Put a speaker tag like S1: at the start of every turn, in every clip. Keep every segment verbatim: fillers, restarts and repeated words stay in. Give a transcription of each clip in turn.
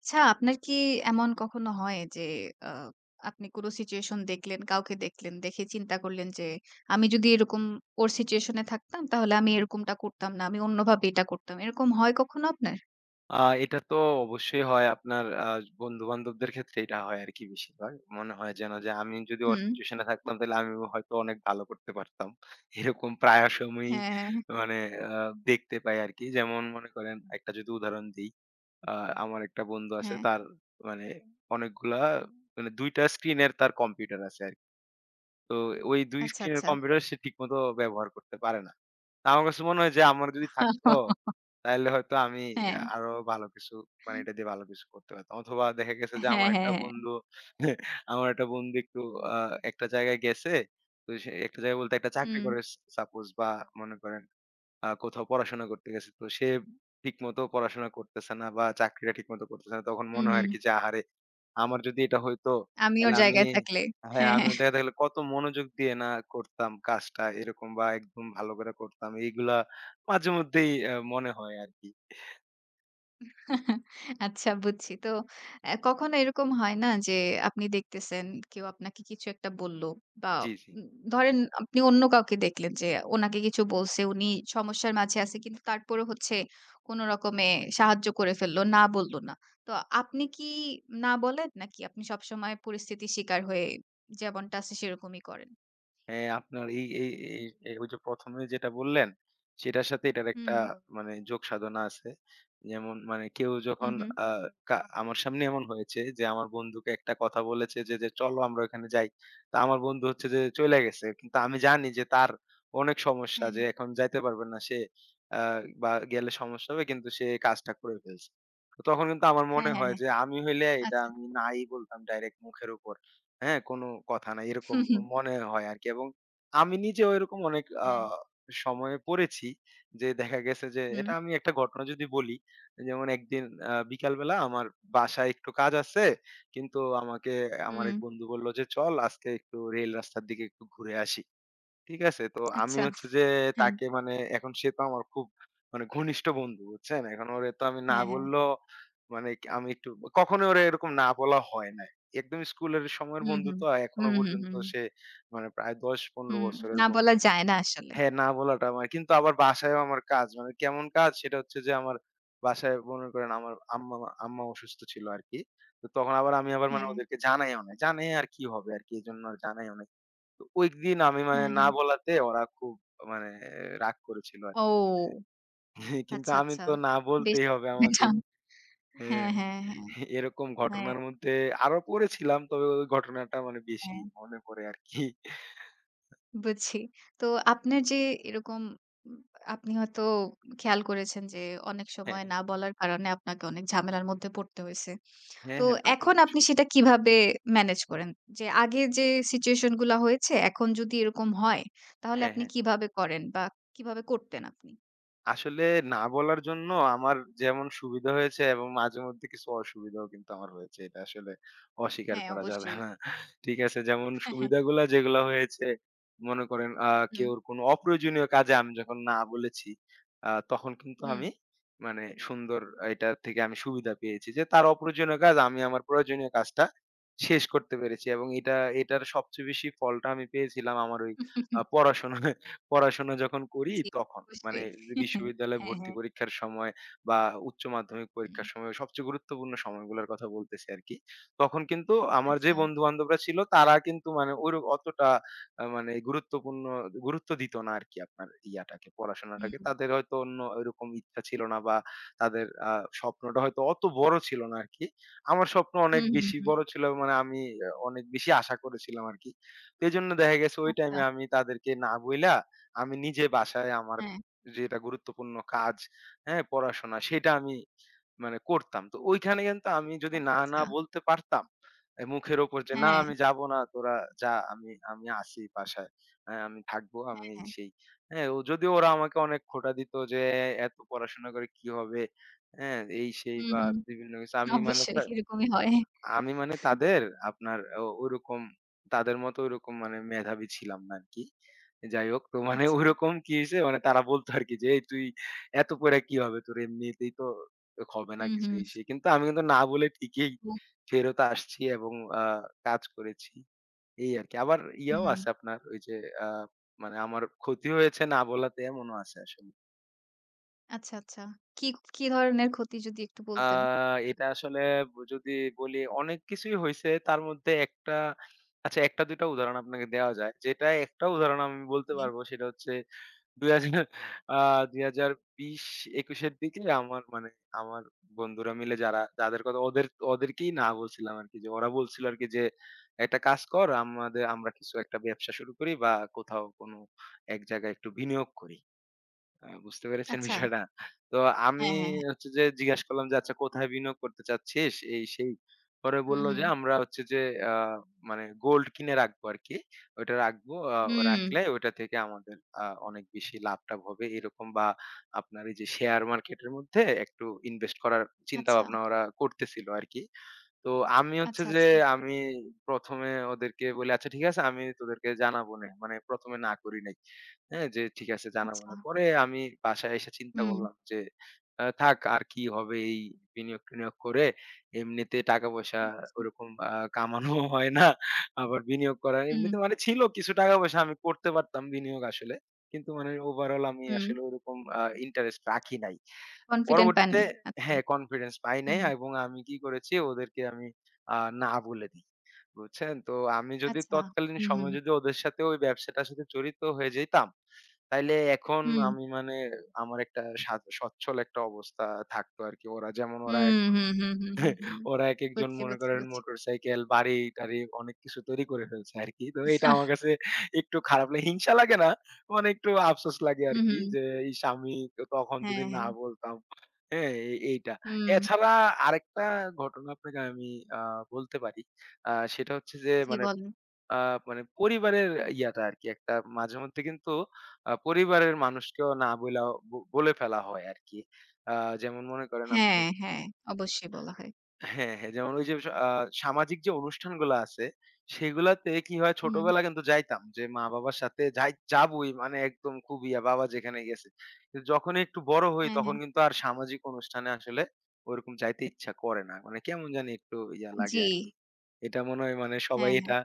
S1: আচ্ছা, আপনার কি এমন কখনো হয় যে আ আপনি কোন সিচুয়েশন দেখলেন, কাউকে দেখলেন, দেখে চিন্তা করলেন যে আমি যদি এরকম ওর সিচুয়েশন এ থাকতাম তাহলে আমি এরকমটা করতাম না। আমি অন্যভাবে এটা করতাম। এরকম হয় কখনো আপনার?
S2: আ এটা তো অবশ্যই হয় আপনার আ বন্ধু-বান্ধবদের ক্ষেত্রে এটা হয় আরকি বেশিরভাগ। মনে হয় যেন যে আমি যদি ওর
S1: হুম।
S2: সিচুয়েশন এ থাকতাম তাহলে আমিও হয়তো অনেক ভালো করতে পারতাম। এরকম প্রায় সময়ই
S1: হ্যাঁ, হ্যাঁ,
S2: মানে আ দেখতে পাই আরকি। যেমন মনে করেন একটা যদি উদাহরণ দেই, আ আমার একটা বন্ধু আছে
S1: হ্যাঁ।
S2: তার মানে অনেকগুলা মানে ২ টা স্ক্রিনের তার কম্পিউটার আছে আরকি। তো ওই দুই
S1: আচ্ছা,
S2: স্ক্রিনের
S1: আচ্ছা।
S2: কম্পিউটার সে ঠিকমতো ব্যবহার করতে পারে না। আমার কাছে মনে হয় যে আমার যদি থাকতো, তাইলে হয়তো আমি
S1: হ্যাঁ।
S2: আ আরো ভালো কিছু মানে এটা দিয়ে ভালো কিছু করতে পারতাম। অথবা দেখা গেছে যে
S1: হ্যাঁ,
S2: আমার
S1: হ্যাঁ,
S2: একটা
S1: হ্যাঁ।
S2: বন্ধু আমার একটা বন্ধু একটু আ একটা জায়গায় গেছে। তো সে একটা জায়গায় বলতে একটা চাকরি
S1: হুম,
S2: করে স সাপোজ বা মনে করেন আ কোথাও পড়াশোনা করতে গেছে। তো সে ঠিকমতো পড়াশোনা করতেছে না বা চাকরিটা ঠিকমতো করতেছে না। তখন
S1: হুম,
S2: মনে হয়
S1: হুম।
S2: আরকি যে, "আহারে! আমার যদি এটা হইতো
S1: আমি ওর
S2: তাহলে আমি।"
S1: জায়গায় থাকলে।
S2: হ্যাঁ,
S1: হ্যাঁ,
S2: আমি
S1: হ্যাঁ।
S2: দেখা গেল কত মনোযোগ দিয়ে না করতাম কাজটা এরকম বা একদম ভালো করে করতাম। এইগুলা মাঝেমধ্যেই অ্যা মনে হয় আরকি।
S1: আচ্ছা, বুঝছি। তো অ্যা কখনো এরকম হয় না যে আপনি দেখতেছেন কেউ আপনাকে কিছু একটা বলল বা
S2: জি, জি।
S1: উম ধরেন আপনি অন্য কাউকে দেখলেন যে ওনাকে কিছু বলছে, উনি সমস্যার মাঝে আছে কিন্তু তারপরেও হচ্ছে কোন রকমে সাহায্য করে ফেললো, না বলল না। তো আপনি কি না বলেন নাকি আপনি সবসময় পরিস্থিতির শিকার হয়ে যেমনটা আছে সেরকমই করেন?
S2: হ্যাঁ, আপনার এই এই এই এই ওই যে ১ম এ যেটা বললেন, সেটার সাথে এটার একটা
S1: হুম,
S2: মানে যোগসাধনা আছে। যেমন মানে কেউ
S1: হুম,
S2: যখন
S1: হুম।
S2: আ কা আমার সামনে এমন হয়েছে যে, আমার বন্ধুকে একটা কথা বলেছে যে, যে "চলো আমরা ওখানে যাই।" তো আমার বন্ধু হচ্ছে যে চইলা গেছে। কিন্তু আমি জানি যে তার অনেক সমস্যা
S1: হ্যাঁ,
S2: যে
S1: হ্যাঁ।
S2: এখন যাইতে পারবে না সে আ বা গেলে সমস্যা হবে কিন্তু সে কাজটা করে ফেলছে। তো তখন কিন্তু আমার
S1: হ্যাঁ,
S2: মনে
S1: হ্যাঁ,
S2: হয়
S1: হ্যাঁ।
S2: যে আমি হইলে এটা
S1: আচ্ছা।
S2: আমি নাই বলতাম ডাইরেক্ট মুখের উপর। হ্যাঁ, কোনো কথা নাই। এরকম
S1: হুম, হুম।
S2: মনে হয় আরকি। এবং আমি নিজেও এরকম অনেক আ
S1: হ্যাঁ।
S2: সময়ে পড়েছি যে দেখা গেছে যে
S1: হুম।
S2: এটা আমি একটা ঘটনা যদি বলি, যেমন একদিন আ বিকালবেলা আমার বাসায় একটু কাজ আছে। কিন্তু আমাকে আমার
S1: হুম।
S2: এক বন্ধু বলল যে, "চল আজকে একটু রেল রাস্তার দিকে একটু ঘুরে আসি।" ঠিক আছে? তো আমি
S1: আচ্ছা।
S2: হচ্ছে যে
S1: হ্যাঁ,
S2: তাকে মানে এখন সে তো আমার খুব মানে ঘনিষ্ঠ বন্ধু, বুঝছেন? এখন ওরে তো আমি না
S1: হ্যাঁ, হ্যাঁ।
S2: বললেও মানে ক আমি একটু কখনোই ওরে এরকম না বলা হয় নাই। একদম স্কুলের সময়ের
S1: হুম,
S2: বন্ধু
S1: হুম।
S2: তো আর এখনো
S1: হুম, হুম,
S2: পর্যন্ত
S1: হুম,
S2: সে মানে প্রায় দশ পনেরো
S1: হুম।
S2: বছরের
S1: না
S2: বন্ধু।
S1: বলা যায় না আসলে।
S2: হ্যাঁ, না বলাটা আমার কিন্তু আবার বাসায়ও আমার কাজ মানে কেমন কাজ সেটা হচ্ছে যে আমার বাসায় মনে করেন আমার আম্মা আম্মা অসুস্থ ছিল আরকি। তো তখন আবার আমি আবার মানে
S1: হ্যাঁ,
S2: ওদেরকে জানাইও নাই। জানাইয়া আর কি হবে আরকি এজন্য আর জানাইও নাই। তো ওইদিন আমি মানে
S1: হ্যাঁ,
S2: না
S1: হ্যাঁ।
S2: বলাতে ওরা খুব মানে রাগ করেছিল আরকি।
S1: ও!
S2: কিন্তু
S1: আচ্ছা,
S2: আমি
S1: আচ্ছা।
S2: তো না
S1: বেশ
S2: বলতেই হবে
S1: খারাপ
S2: আমাকে।
S1: এটা। হ্যাঁ,
S2: হ্যাঁ।
S1: হ্যাঁ, হ্যাঁ,
S2: এরকম
S1: হ্যাঁ,
S2: ঘটনার মধ্যে আরো পড়েছিলাম। তবে ওই ঘটনাটা মানে বেশি
S1: হ্যাঁ।
S2: মনে পড়ে আরকি।
S1: বুঝছি। তো আপনার যে এরকম উম আপনি হয়তো খেয়াল করেছেন যে অনেক
S2: হ্যাঁ।
S1: সময় না বলার কারণে আপনাকে অনেক ঝামেলার মধ্যে পড়তে হইছে।
S2: হ্যাঁ,
S1: তো
S2: হ্যাঁ, তা তো
S1: এখন
S2: অবশ্যই।
S1: আপনি সেটা কিভাবে ম্যানেজ করেন? যে আগে যে সিচুয়েশন গুলা হয়েছে এখন যদি এরকম হয় তাহলে
S2: হ্যাঁ,
S1: আপনি
S2: হ্যাঁ।
S1: কিভাবে করেন বা কিভাবে করতেন আপনি?
S2: আসলে না বলার জন্য আমার যেমন সুবিধা হয়েছে এবং মাঝেমধ্যে কিছু অসুবিধাও কিন্তু আমার হয়েছে। এটা আসলে অস্বীকার
S1: হ্যাঁ,
S2: করা যাবে
S1: অবশ্যই।
S2: না। ঠিক আছে? যেমন
S1: হ্যাঁ, হ্যাঁ।
S2: সুবিধাগুলা যেগুলা হয়েছে মনে করেন আ
S1: হুম,
S2: কেউর কোনো অপ্রয়োজনীয় কাজে আমি যখন না বলেছি, আ তখন কিন্তু
S1: হুম।
S2: আমি মানে সুন্দর এটা থেকে আমি সুবিধা পেয়েছি যে তার অপ্রয়োজনীয় কাজ আমি আমার প্রয়োজনীয় কাজটা শেষ করতে পেরেছি এবং এটা এটার সবচেয়ে বেশি ফলটা আমি পেয়েছিলাম আমার ওই আ পড়াশোনায়। পড়াশোনা যখন করি
S1: জি,
S2: তখন। মানে
S1: অবশ্যই।
S2: যে বিশ্ববিদ্যালয়ে
S1: হ্যাঁ,
S2: ভর্তি
S1: হ্যাঁ।
S2: পরীক্ষার সময় বা উচ্চ মাধ্যমিক
S1: হুম।
S2: পরীক্ষার সময় সবচেয়ে গুরুত্বপূর্ণ সময়গুলোর কথা বলতেছি আরকি। তখন কিন্তু আমার যে
S1: আচ্ছা।
S2: বন্ধু-বান্ধবরা ছিল তারা কিন্তু মানে ওইর অতটা আ মানে গুরুত্বপূর্ণ গুরুত্ব দিত না আরকি আপনার ইয়াটাকে, পড়াশোনাটাকে।
S1: হুম।
S2: তাদের হয়তো অন্য ওইরকম ইচ্ছা ছিল না বা তাদের আ স্বপ্নটা হয়তো অত বড় ছিল না আরকি। আমার স্বপ্ন অনেক
S1: হুম, হুম,
S2: বেশি
S1: হুম।
S2: বড় ছিল মানে আমি আহ, অনেক বেশি আশা করেছিলাম আরকি। তো এজন্য দেখা গেছে ওই
S1: আচ্ছা।
S2: টাইমে আমি তাদেরকে না বইলা আমি নিজে বাসায় আমার
S1: হ্যাঁ।
S2: যেটা গুরুত্বপূর্ণ কাজ, হ্যাঁ? পড়াশোনা সেটা আমি মানে করতাম। তো ওইখানে কিন্তু আমি যদি
S1: আচ্ছা,
S2: না, না
S1: আচ্ছা।
S2: বলতে পারতাম, এ মুখের উপর যে, "না
S1: হ্যাঁ,
S2: আমি যাব না, তোরা যা আমি আমি আছি বাসায়। হ্যাঁ, আমি থাকবো, আমি
S1: হ্যাঁ,
S2: এই
S1: হ্যাঁ।
S2: সেই।" হ্যাঁ, ও যদিও ওরা আমাকে অনেক খোঁটা দিত যে, "এত পড়াশোনা করে কি হবে?" হ্যাঁ? এই সেই
S1: হুম,
S2: বা
S1: হুম।
S2: বিভিন্ন কিছু। আমি মানে
S1: অবশ্যই এরকমই হয়।
S2: আমি মানে তাদের আপনার ও ওইরকম তাদের মতো ওইরকম মানে মেধাবী ছিলাম না আরকি। যাই হোক তো মানে
S1: আচ্ছা।
S2: ওইরকম কি হইছে মানে তারা বলতো আরকি যে, "এই তুই এত পইড়া কি হবে? তোর এমনিতেই তো হবে না
S1: হুম,
S2: কিছু
S1: হুম।
S2: এই সেই।" কিন্তু আমি কিন্তু না বলে ঠিকই
S1: উ
S2: ফেরত আসছি এবং আ কাজ করেছি। এই আরকি। আবার ইয়াও
S1: হুম।
S2: আছে আপনার ওই যে আ মানে আমার ক্ষতি হয়েছে না বলাতে এমনও আছে আসলে।
S1: আচ্ছা, আচ্ছা। কি, কি ধরনের ক্ষতি যদি একটু
S2: আ
S1: বলতেন?
S2: এটা আসলে ব যদি বলি অনেক কিছুই হইছে। তার মধ্যে একটা আচ্ছা ১ টা ২ টা উদাহরণ আপনাকে দেওয়া যায়। যেটা একটা উদাহরণ আমি বলতে
S1: জি।
S2: পারবো সেটা হচ্ছে দুই হাজার আ দুই হাজার বিশ একুশ এর দিকে আমার মানে আমার বন্ধুরা মিলে যারা যাদের কথা ওদের ওদেরকেই না বলছিলাম আরকি যে ওরা বলছিল আরকি যে, "একটা কাজ কর আমাদের আমরা কিছু একটা ব্যবসা শুরু করি বা কোথাও কোনো এক জায়গায় একটু বিনিয়োগ করি।" আ বুঝতে পেরেছেন
S1: আচ্ছা।
S2: বিষয়টা? তো আমি
S1: হ্যাঁ, হ্যাঁ, হ্যাঁ।
S2: হচ্ছে যে জিজ্ঞেস করলাম যে, "আচ্ছা কোথায় বিনিয়োগ করতে চাচ্ছিস?" এই সেই। পরে
S1: হুম,
S2: বলল যে,
S1: হুম।
S2: "আমরা হচ্ছে যে আ মানে গোল্ড কিনে রাখবো আরকি। ওইটা রাখবো। আ
S1: হুম।
S2: রাখলে ওইটা থেকে আমাদের আ অনেক বেশি লাভ-টাভ হবে।" এরকম বা আপনার এই যে শেয়ার মার্কেটের মধ্যে একটু ইনভেস্ট করার
S1: আচ্ছা,
S2: চিন্তাভাবনা ওরা করতেছিল আরকি। তো আমি হচ্ছে
S1: আচ্ছা,
S2: যে
S1: আচ্ছা,
S2: আমি ১ম এ ওদেরকে বলি, "আচ্ছা ঠিক আছে আমি তোদেরকে জানাবোনে।" মানে ১ম এ না করি নাই। হ্যাঁ? যে ঠিক আছে জানাবো
S1: আচ্ছা।
S2: না। পরে আমি বাসায় এসে চিন্তা
S1: হুম।
S2: করলাম যে আ থাক আর কি হবে এই বিনিয়োগ-টিনিয়োগ করে। এমনিতে টাকা-পয়সা ওরকম আ কামানোও হয় না। আবার বিনিয়োগ করা
S1: হুম,
S2: এমনিতে মানে ছিল কিছু টাকা-পয়সা আমি করতে পারতাম বিনিয়োগ আসলে। কিন্তু মানে ওভারঅল আমি
S1: হুম।
S2: আসলে ওরকম আ ইন্টারেস্ট রাখি নাই।
S1: কনফিডেন্ট
S2: পরবর্তীতে
S1: পাননি। আচ্ছা।
S2: হ্যাঁ, কনফিডেন্স পাই
S1: হুম,
S2: নাই
S1: হুম।
S2: এবং আমি কি করেছি ওদেরকে আমি আ না বলে দেই। বুঝছেন? তো আমি যদি
S1: আচ্ছা।
S2: তৎকালীন
S1: হুম, হুম।
S2: সময়ে যদি ওদের সাথে ওই ব্যবসাটার সাথে জড়িত হয়ে যেতাম, তাইলে এখন
S1: হুম।
S2: আমি মানে আমার একটা সা সচ্ছল একটা অবস্থা থাকতো আরকি। ওরা যেমন ওরা
S1: হুম,
S2: এখন
S1: হুম, হুম, হুম, হুম, হুম।
S2: ওরা একেকজন
S1: বুঝছি,
S2: মনে
S1: বুঝছি,
S2: করেন
S1: বুঝছি।
S2: মোটরসাইকেল, বাড়ি-টাড়ি অনেক কিছু তৈরি করে ফেলছে আরকি। তো এটা আমার কাছে একটু খারাপ লাগে। হিংসা লাগে না। মানে একটু আফসোস লাগে
S1: হুম,
S2: আরকি
S1: হুম।
S2: যে, ইস! আমি তো তখন যদি
S1: হ্যাঁ,
S2: না
S1: হ্যাঁ।
S2: বলতাম। হ্যাঁ? এ এইটা।
S1: হুম।
S2: এছাড়া আরেকটা ঘটনা আপনাকে আমি আ বলতে পারি। আ সেটা হচ্ছে যে
S1: জি,
S2: মানে
S1: বলেন।
S2: আ মানে পরিবারের ইয়াটা আরকি একটা মাঝে মধ্যে কিন্তু আ পরিবারের মানুষকেও না বইলা ব বলে ফেলা হয় আরকি। আ যেমন মনে করেন আপনি
S1: হ্যাঁ, হ্যাঁ। অবশ্যই বলা হয়।
S2: হ্যাঁ, হ্যাঁ। যেমন ওই যে আ সামাজিক যে অনুষ্ঠানগুলা আছে, সেগুলাতে কি হয়
S1: হুম।
S2: ছোটবেলায় কিন্তু যাইতাম। যে মা-বাবার সাথে যাই যাবোই মানে একদম খুব ইয়া বাবা যেখানে গেছে। কিন্তু যখনই একটু বড় হই
S1: হ্যাঁ,
S2: তখন
S1: হ্যাঁ।
S2: কিন্তু আর সামাজিক অনুষ্ঠানে আসলে ওরকম যাইতে ইচ্ছা করে না। মানে কেমন জানি একটু ইয়া লাগে
S1: জি।
S2: আরকি। এটা মনে হয় মানে সবাই
S1: হ্যাঁ, হ্যাঁ।
S2: এটা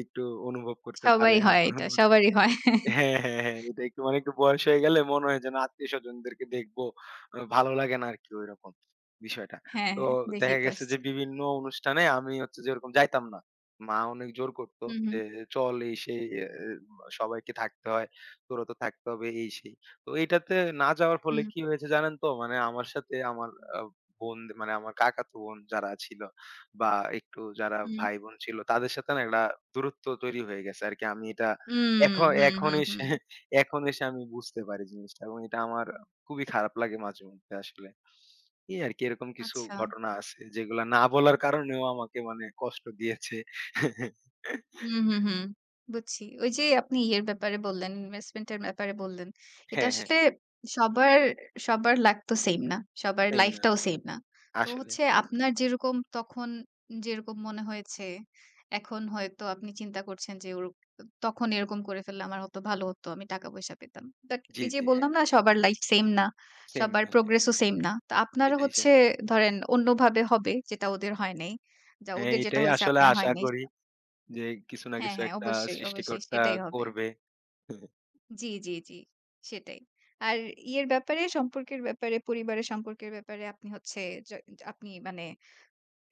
S2: একটু অনুভব করতে পারে।
S1: সবাই হয় এটা। সবারই হয়।
S2: হ্যাঁ, হ্যাঁ, হ্যাঁ। এটা একটু মানে একটু বয়স হয়ে গেলে মনে হয় যে না আত্মীয়স্বজনদেরকে দেখবো। আ ভালো লাগে না আরকি ঐরকম বিষয়টা।
S1: হ্যাঁ,
S2: তো
S1: হ্যাঁ।
S2: দেখা
S1: দেখেই তো
S2: গেছে যে
S1: আসছি।
S2: বিভিন্ন অনুষ্ঠানে আমি হচ্ছে যে ওরকম যাইতাম না। মা অনেক জোর করত
S1: হুম, হুম,
S2: যে, "চল এই সেই এ এ সবাইকে থাকতে হয়। তোরও তো থাকতে হবে এই সেই।" তো এইটাতে না যাওয়ার ফলে
S1: হুম,
S2: কি হয়েছে জানেন তো? মানে আমার সাথে আমার আ বোন মানে আমার কাকাতো বোন যারা ছিল বা একটু যারা
S1: হুম।
S2: ভাই-বোন ছিল তাদের সাথে না একটা দূরত্ব তৈরি হয়ে গেছে আরকি। আমি এটা
S1: হুম,
S2: এখন
S1: হুম,
S2: এখন
S1: হুম,
S2: এসে
S1: হুম।
S2: এখন এসে আমি বুঝতে পারি জিনিসটা এবং এটা আমার খুবই খারাপ লাগে মাঝেমধ্যে আসলে। এই আরকি এরকম কিছু
S1: আচ্ছা।
S2: ঘটনা আছে যেগুলা না বলার কারণেও আমাকে মানে কষ্ট দিয়েছে।
S1: হুম, হুম, হুম। বুঝছি। ওই যে আপনি ইয়ের ব্যাপারে বললেন, ইনভেস্টমেন্ট এর ব্যাপারে বললেন। এটা
S2: হ্যাঁ, হ্যাঁ,
S1: আসলে সবার, সবার লাক তো সেইম না। সবার
S2: সেম না
S1: লাইফটাও সেইম না। তো
S2: আসলে।
S1: হচ্ছে আপনার যেরকম তখন যেরকম মনে হয়েছে, এখন হয়তো আপনি চিন্তা করছেন যে ওর তখন এরকম করে ফেললে আমার হয়তো ভালো হতো। আমি টাকা-পয়সা পেতাম। বাট
S2: জি,
S1: এই যে
S2: জি, হ্যাঁ,
S1: বললাম না, সবার লাইফ সেইম না।
S2: সেম
S1: সবার
S2: না আসলে।
S1: প্রোগ্রেস ও সেইম না। তো আপনারও
S2: এটাই সে
S1: হচ্ছে ধরেন অন্যভাবে হবে যেটা ওদের হয় নাই। যা
S2: হ্যাঁ,
S1: ওদের যেটা
S2: এটাই
S1: হইছে
S2: আসলে
S1: আপনার
S2: আশা
S1: হয় নাই।
S2: করি যে কিছু না
S1: হ্যাঁ,
S2: কিছু
S1: হ্যাঁ,
S2: একটা
S1: অবশ্যই, অবশ্যই
S2: সৃষ্টিকর্তা
S1: সেটাই হবে।
S2: করবে।
S1: জি, জি, জি, সেটাই। আর ইয়ের ব্যাপারে, সম্পর্কের ব্যাপারে, পরিবারের সম্পর্কের ব্যাপারে আপনি হচ্ছে য আপনি মানে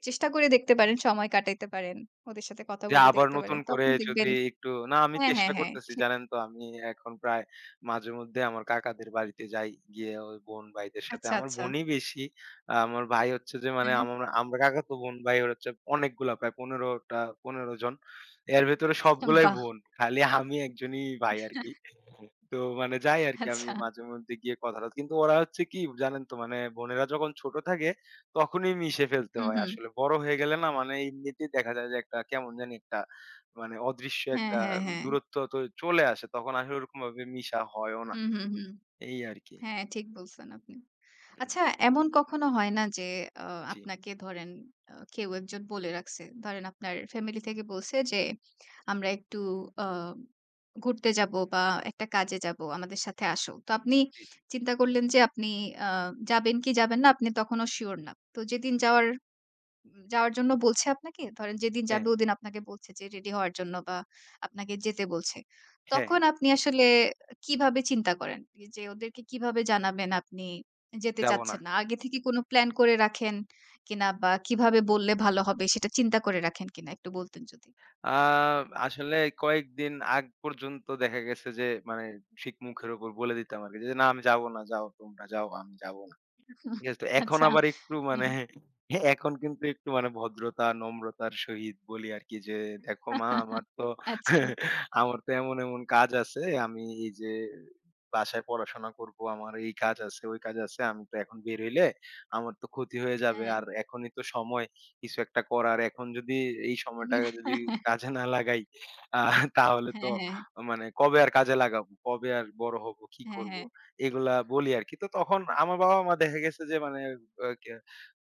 S1: চেষ্টা করে দেখতে পারেন, সময় কাটাইতে পারেন। ওদের সাথে কথা
S2: যে
S1: বলে
S2: আবার
S1: দেখতে
S2: নতুন
S1: পারেন।
S2: করে
S1: তখন দেখবেন
S2: যদি একটু না আমি
S1: হ্যাঁ, হ্যাঁ,
S2: চেষ্টা
S1: হ্যাঁ।
S2: করতেছি
S1: সেটাই।
S2: জানেন তো আমি এখন প্রায় মাঝে মধ্যে আমার কাকাদের বাড়িতে যাই গিয়ে ওই বোন ভাইদের সাথে
S1: আচ্ছা,
S2: আমার
S1: আচ্ছা।
S2: বোনই বেশি আহ, আমার ভাই হচ্ছে যে মানে
S1: হ্যাঁ,
S2: আমার আমরা কাকা তো বোন ভাই ওর হচ্ছে অনেকগুলা প্রায় পনেরোটা পনেরো জন এর ভেতরে সবগুলাই
S1: বাহ!
S2: বোন খালি আমি একজনই ভাই আর কি তো মানে যাই আর কি আমি
S1: আচ্ছা।
S2: মাঝে মধ্যে গিয়ে কথা কিন্তু ওরা হচ্ছে কি জানেন তো মানে বোনেরা যখন ছোট থাকে তখনই মিশে ফেলতে
S1: হুম,
S2: হয়
S1: হুম।
S2: আসলে। বড় হয়ে গেলে না মানে এমনিতেই দেখা যায় যে একটা কেমন জানি একটা মানে অদৃশ্য
S1: হ্যাঁ,
S2: একটা
S1: হ্যাঁ, হ্যাঁ।
S2: দূরত্ব তো চলে আসে। তখন আসলে ওরকমভাবে মিশা হয়ও না।
S1: হুম, হুম, হুম।
S2: এই আরকি।
S1: হ্যাঁ, ঠিক বলছেন আপনি।
S2: হুম,
S1: আচ্ছা, এমন কখনো হয় না যে আ
S2: জি,
S1: আপনাকে ধরেন আ কেউ একজন বলে রাখছে। ধরেন আপনার ফ্যামিলি থেকে বলছে যে, "আমরা একটু আ ঘুরতে যাবো বা একটা কাজে যাবো। আমাদের সাথে আসো।" তো আপনি
S2: জি, জি।
S1: চিন্তা করলেন যে আপনি আ যাবেন কি যাবেন না আপনি তখনও সিউর না। তো যেদিন যাওয়ার, যাওয়ার জন্য বলছে আপনাকে, ধরেন যেদিন
S2: হ্যাঁ,
S1: যাবে ওদিন আপনাকে বলছে যে রেডি হওয়ার জন্য বা আপনাকে যেতে বলছে।
S2: হ্যাঁ, হ্যাঁ।
S1: তখন আপনি আসলে কিভাবে চিন্তা করেন? যে ওদেরকে কিভাবে জানাবেন আপনি যেতে
S2: যাব না।
S1: চাচ্ছেন না? আগে থেকে কোনো প্ল্যান করে রাখেন কিনা বা কিভাবে বললে ভালো হবে সেটা চিন্তা করে রাখেন কিনা একটু বলতেন যদি?
S2: আ আসলে কয়েকদিন আগ পর্যন্ত দেখা গেছে যে মানে ঠিক মুখের উপর বলে দিতাম আরকি যে, "না আমি যাব না। যাও তোমরা যাও, আমি যাব না।" ঠিক আছে? তো এখন
S1: আচ্ছা।
S2: আবার একটু মানে এখন কিন্তু একটু মানে ভদ্রতা, নম্রতার সহিত বলি আরকি যে, "দেখো মা আমার তো
S1: আচ্ছা।
S2: আমার তো এমন, এমন কাজ আছে। আমি এই যে বাসায় পড়াশোনা করব। আমার এই কাজ আছে, ওই কাজ আছে। আমি তো এখন বের হইলে আমার তো ক্ষতি হয়ে যাবে।
S1: হ্যাঁ।
S2: আর এখনই তো সময় কিছু একটা করার। এখন যদি এই সময়টা যদি কাজে না লাগাই আ তাহলে
S1: হ্যাঁ,
S2: তো
S1: হ্যাঁ। হ্যাঁ, হ্যাঁ।
S2: মানে কবে আর কাজে লাগাবো? কবে আর বড় হব? কি
S1: হ্যাঁ,
S2: করব?"
S1: হ্যাঁ।
S2: এগুলা বলি আরকি। তো তখন আমার বাবা-মা দেখা গেছে যে মানে আ কে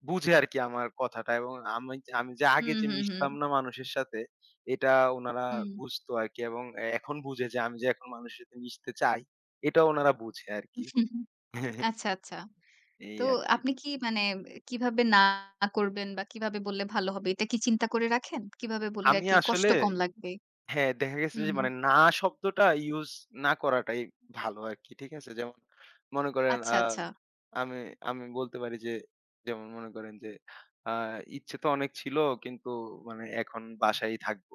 S2: বুঝে আরকি আমার কথাটা এবং আমি আমি যে আগে
S1: হুম,
S2: যে
S1: হুম, হুম।
S2: মিশতাম না মানুষের সাথে, এটা উনারা
S1: হুম।
S2: বুঝতো আরকি এবং এ এখন বুঝে যে আমি যে এখন মানুষের সাথে মিশতে চাই, এটাও উনারা বুঝে আরকি।
S1: আচ্ছা, আচ্ছা।
S2: এই
S1: তো
S2: আরকি।
S1: আপনি কি মানে কিভাবে না করবেন বা কিভাবে বললে ভালো হবে এটা কি চিন্তা করে রাখেন? কিভাবে বললে
S2: আমি
S1: আরকি
S2: আসলে
S1: কষ্ট কম লাগবে?
S2: হ্যাঁ, দেখা গেছে
S1: হুম,
S2: যে
S1: হুম।
S2: মানে না শব্দটা ইউস না করাটাই ভালো আরকি। ঠিক আছে? যেমন মনে করেন আ
S1: আচ্ছা, আচ্ছা।
S2: আমি আমি বলতে পারি যে যেমন মনে করেন যে আ ইচ্ছে তো অনেক ছিল কিন্তু মানে এখন বাসায়ই থাকবো।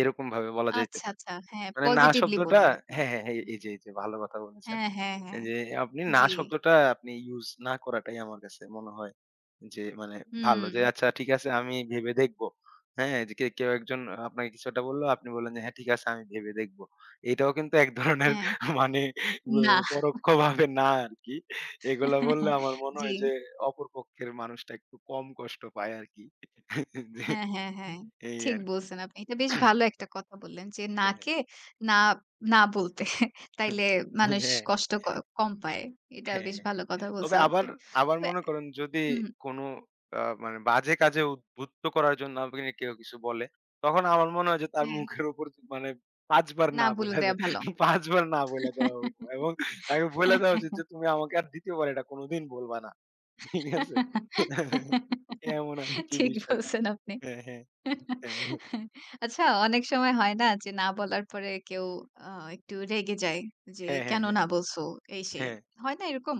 S2: এরকম ভাবে বলা যাইতে
S1: আচ্ছা,
S2: পারে।
S1: আচ্ছা। হ্যাঁ,
S2: মানে না
S1: পজিটিভলি
S2: শব্দটা
S1: বললেন আপনি।
S2: হ্যাঁ, হ্যাঁ, হ্যাঁ, এই যে, এই যে ভালো কথা বলেছেন।
S1: হ্যাঁ, হ্যাঁ,
S2: এই
S1: হ্যাঁ।
S2: যে আপনি না
S1: জি।
S2: শব্দটা আপনি ইউজ না করাটাই আমার কাছে মনে হয় যে মানে ভালো।
S1: হুম।
S2: যে আচ্ছা ঠিক আছে আমি ভেবে দেখব। হ্যাঁ? যে কে কেউ একজন আপনাকে কিছু একটা বলল, আপনি বললেন যে, "হ্যাঁ, ঠিক আছে আমি ভেবে দেখব।" এটাও কিন্তু এক ধরনের
S1: হ্যাঁ।
S2: মানে অ
S1: না।
S2: পরোক্ষভাবে না আরকি। এগুলা বললে আমার মনে
S1: জি।
S2: হয় যে অপর পক্ষের মানুষটা একটু কম কষ্ট পায় আরকি। যে
S1: হ্যাঁ, হ্যাঁ, হ্যাঁ।
S2: এই
S1: ঠিক
S2: আরকি।
S1: বলছেন আপনি। এটা বেশ ভালো একটা কথা বললেন যে না
S2: হ্যাঁ।
S1: কে না, না বলতে। তাইলে মানুষ
S2: হ্যাঁ।
S1: কষ্ট ক কম পায়। এটা
S2: হ্যাঁ,
S1: বেশ
S2: হ্যাঁ। হ্যাঁ।
S1: ভালো কথা
S2: তবে
S1: বলছেন
S2: আবার,
S1: আপনি।
S2: আবার
S1: ব্যা
S2: মনে করেন যদি
S1: হুম,
S2: কোনো আ মানে বাজে কাজে উদ্বুদ্ধ করার জন্য আপনি কেউ কিছু বলে, তখন আমার মনে হয় যে তার
S1: হ্যাঁ।
S2: মুখের উপর মানে ৫ বার
S1: না
S2: না
S1: বলে
S2: বইলা দে
S1: দেয়া ভালো।
S2: পাঁচ বার না বইলা দেওয়া উচিত। এবং তাকে বইলা দেওয়া উচিত যে তুমি আমাকে আর দ্বিতীয় বার এটা কোনোদিন বলবা না। ঠিক আছে? এমন আরকি
S1: ঠিক
S2: বিষয়টা।
S1: বলছেন আপনি।
S2: হ্যাঁ, হ্যাঁ, হ্যাঁ,
S1: আচ্ছা, অনেক সময় হয় না যে না বলার পরে কেউ আ একটু রেগে যায় যে
S2: হ্যাঁ, হ্যাঁ,
S1: কেন
S2: হ্যাঁ,
S1: না বলছো এই সেই।
S2: হ্যাঁ,
S1: হয় না এরকম?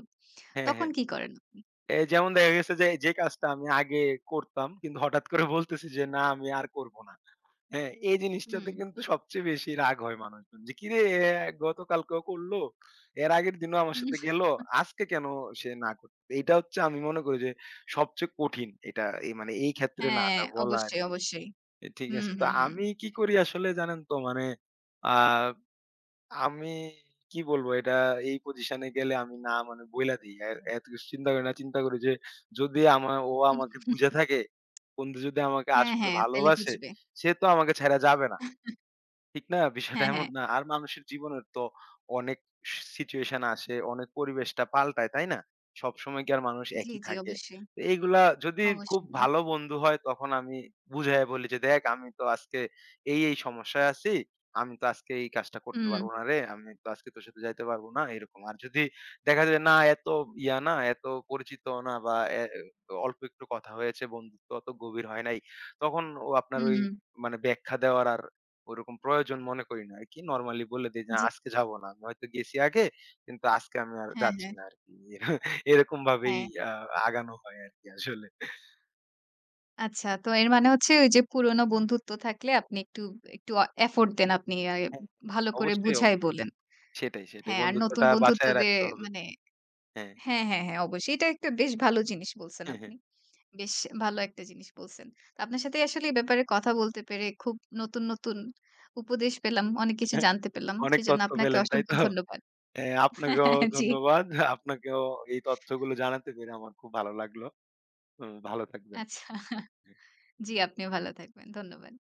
S2: হ্যাঁ,
S1: তখন
S2: হ্যাঁ।
S1: কি করেন আপনি?
S2: এই যেমন দেখা গেছে যে যে কাজটা আমি আগে করতাম কিন্তু হঠাৎ করে বলতেছি যে না আমি আর করব না। হ্যাঁ, এই
S1: হুম।
S2: জিনিসটাতে কিন্তু সবচেয়ে বেশি রাগ হয় মানুষজন যে, "কিরে এ গতকালকেও করলো, এর আগের দিনও আমার
S1: হুম,
S2: সাথে গেল, আজকে কেন সে না করত?" এটা হচ্ছে আমি মনে করি যে সবচেয়ে কঠিন এটা এই মানে এই ক্ষেত্রে
S1: হ্যাঁ,
S2: নাটা বলা
S1: অবশ্যই,
S2: আরকি।
S1: অবশ্যই।
S2: এ ঠিক
S1: হুম,
S2: আছে? তো
S1: হুম, হুম।
S2: আমি কি করি আসলে জানেন তো মানে আ আমি কি বলবো এটা এই পজিশনে গেলে আমি না মানে বইলা দেই। এ এত কিছু চিন্তা করি না। চিন্তা করি যে যদি আমা ও
S1: উহ
S2: আমাকে বুইঝা থাকে, বন্ধু যদি আমাকে
S1: হ্যাঁ,
S2: আসলে
S1: হ্যাঁ, তাইলে
S2: ভালোবাসে
S1: বুঝবে।
S2: সে তো আমাকে ছাইড়া যাবে না। ঠিক না? বিষয়টা
S1: হ্যাঁ,
S2: এমন
S1: হ্যাঁ।
S2: না। আর মানুষের জীবনের তো অনেক সি সিচুয়েশন আসে, অনেক পরিবেশটা পাল্টায়, তাই না? সবসময় কি আর মানুষ
S1: জি,
S2: একই
S1: জি,
S2: থাকে?
S1: অবশ্যই।
S2: তো এইগুলা যদি খুব
S1: অবশ্যই না।
S2: ভালো বন্ধু হয় তখন আমি বুঝাইয়া বলি যে, "দেখ আমি তো আজকে এই, এই সমস্যায় আছি। আমি তো আজকে এই কাজটা করতে
S1: হুম,
S2: পারব না রে। আমি তো আজকে তোর সাথে যাইতে পারব না।" এরকম। আর যদি দেখা যায় না এত ইয়া না, এত পরিচিত না বা এ অল্প একটু কথা হয়েছে, বন্ধুত্ব অত গভীর হয় নাই। তখন ও আপনার
S1: হুম,
S2: ওই
S1: হুম।
S2: মানে ব্যাখ্যা দেওয়ার আর ওরকম প্রয়োজন মনে করি না আরকি। নরমালি বলে দেই যে,
S1: জি।
S2: "আজকে যাবো না। আমি হয়তো গেছি আগে, কিন্তু আজকে আমি আর
S1: হ্যাঁ,
S2: যাচ্ছি
S1: হ্যাঁ,
S2: না আরকি।" এরকম ভাবেই
S1: হ্যাঁ।
S2: আ আগানো হয় আরকি আসলে।
S1: আচ্ছা, তো এর মানে হচ্ছে ওই যে পুরনো বন্ধুত্ব থাকলে আপনি একটু একটু অ এফোর্ট দেন আপনি আ
S2: হ্যাঁ,
S1: ভালো করে
S2: অবশ্যই,
S1: বুঝায়
S2: অবশ্যই।
S1: বলেন।
S2: সেটাই, সেটাই।
S1: হ্যাঁ, আর নতুন
S2: বন্ধুত্বটা
S1: বন্ধুত্ব
S2: বাঁচায়
S1: দিয়ে
S2: রাখতে হবে।
S1: মানে
S2: হ্যাঁ।
S1: হ্যাঁ, হ্যাঁ, হ্যাঁ, অবশ্যই। এটা একটা বেশ ভালো জিনিস বলছেন আপনি। বেশ ভালো একটা জিনিস বলছেন। তো আপনার সাথে আসলে এই ব্যাপারে কথা বলতে পেরে খুব নতুন, নতুন উপদেশ পেলাম। অনেক কিছু জানতে পেলাম।
S2: অনেক
S1: সেজন্য
S2: তথ্য
S1: আপনাকে
S2: পেলেন, তাই
S1: অসংখ্য
S2: তো?
S1: ধন্যবাদ।
S2: হ্যাঁ, আপনাকেও
S1: জি,
S2: ধন্যবাদ। আপনাকেও এই তথ্যগুলো জানাতে পেরে আমার খুব ভালো লাগলো। উ ভালো থাকবেন।
S1: আচ্ছা। জি, আপনিও ভালো থাকবেন। ধন্যবাদ।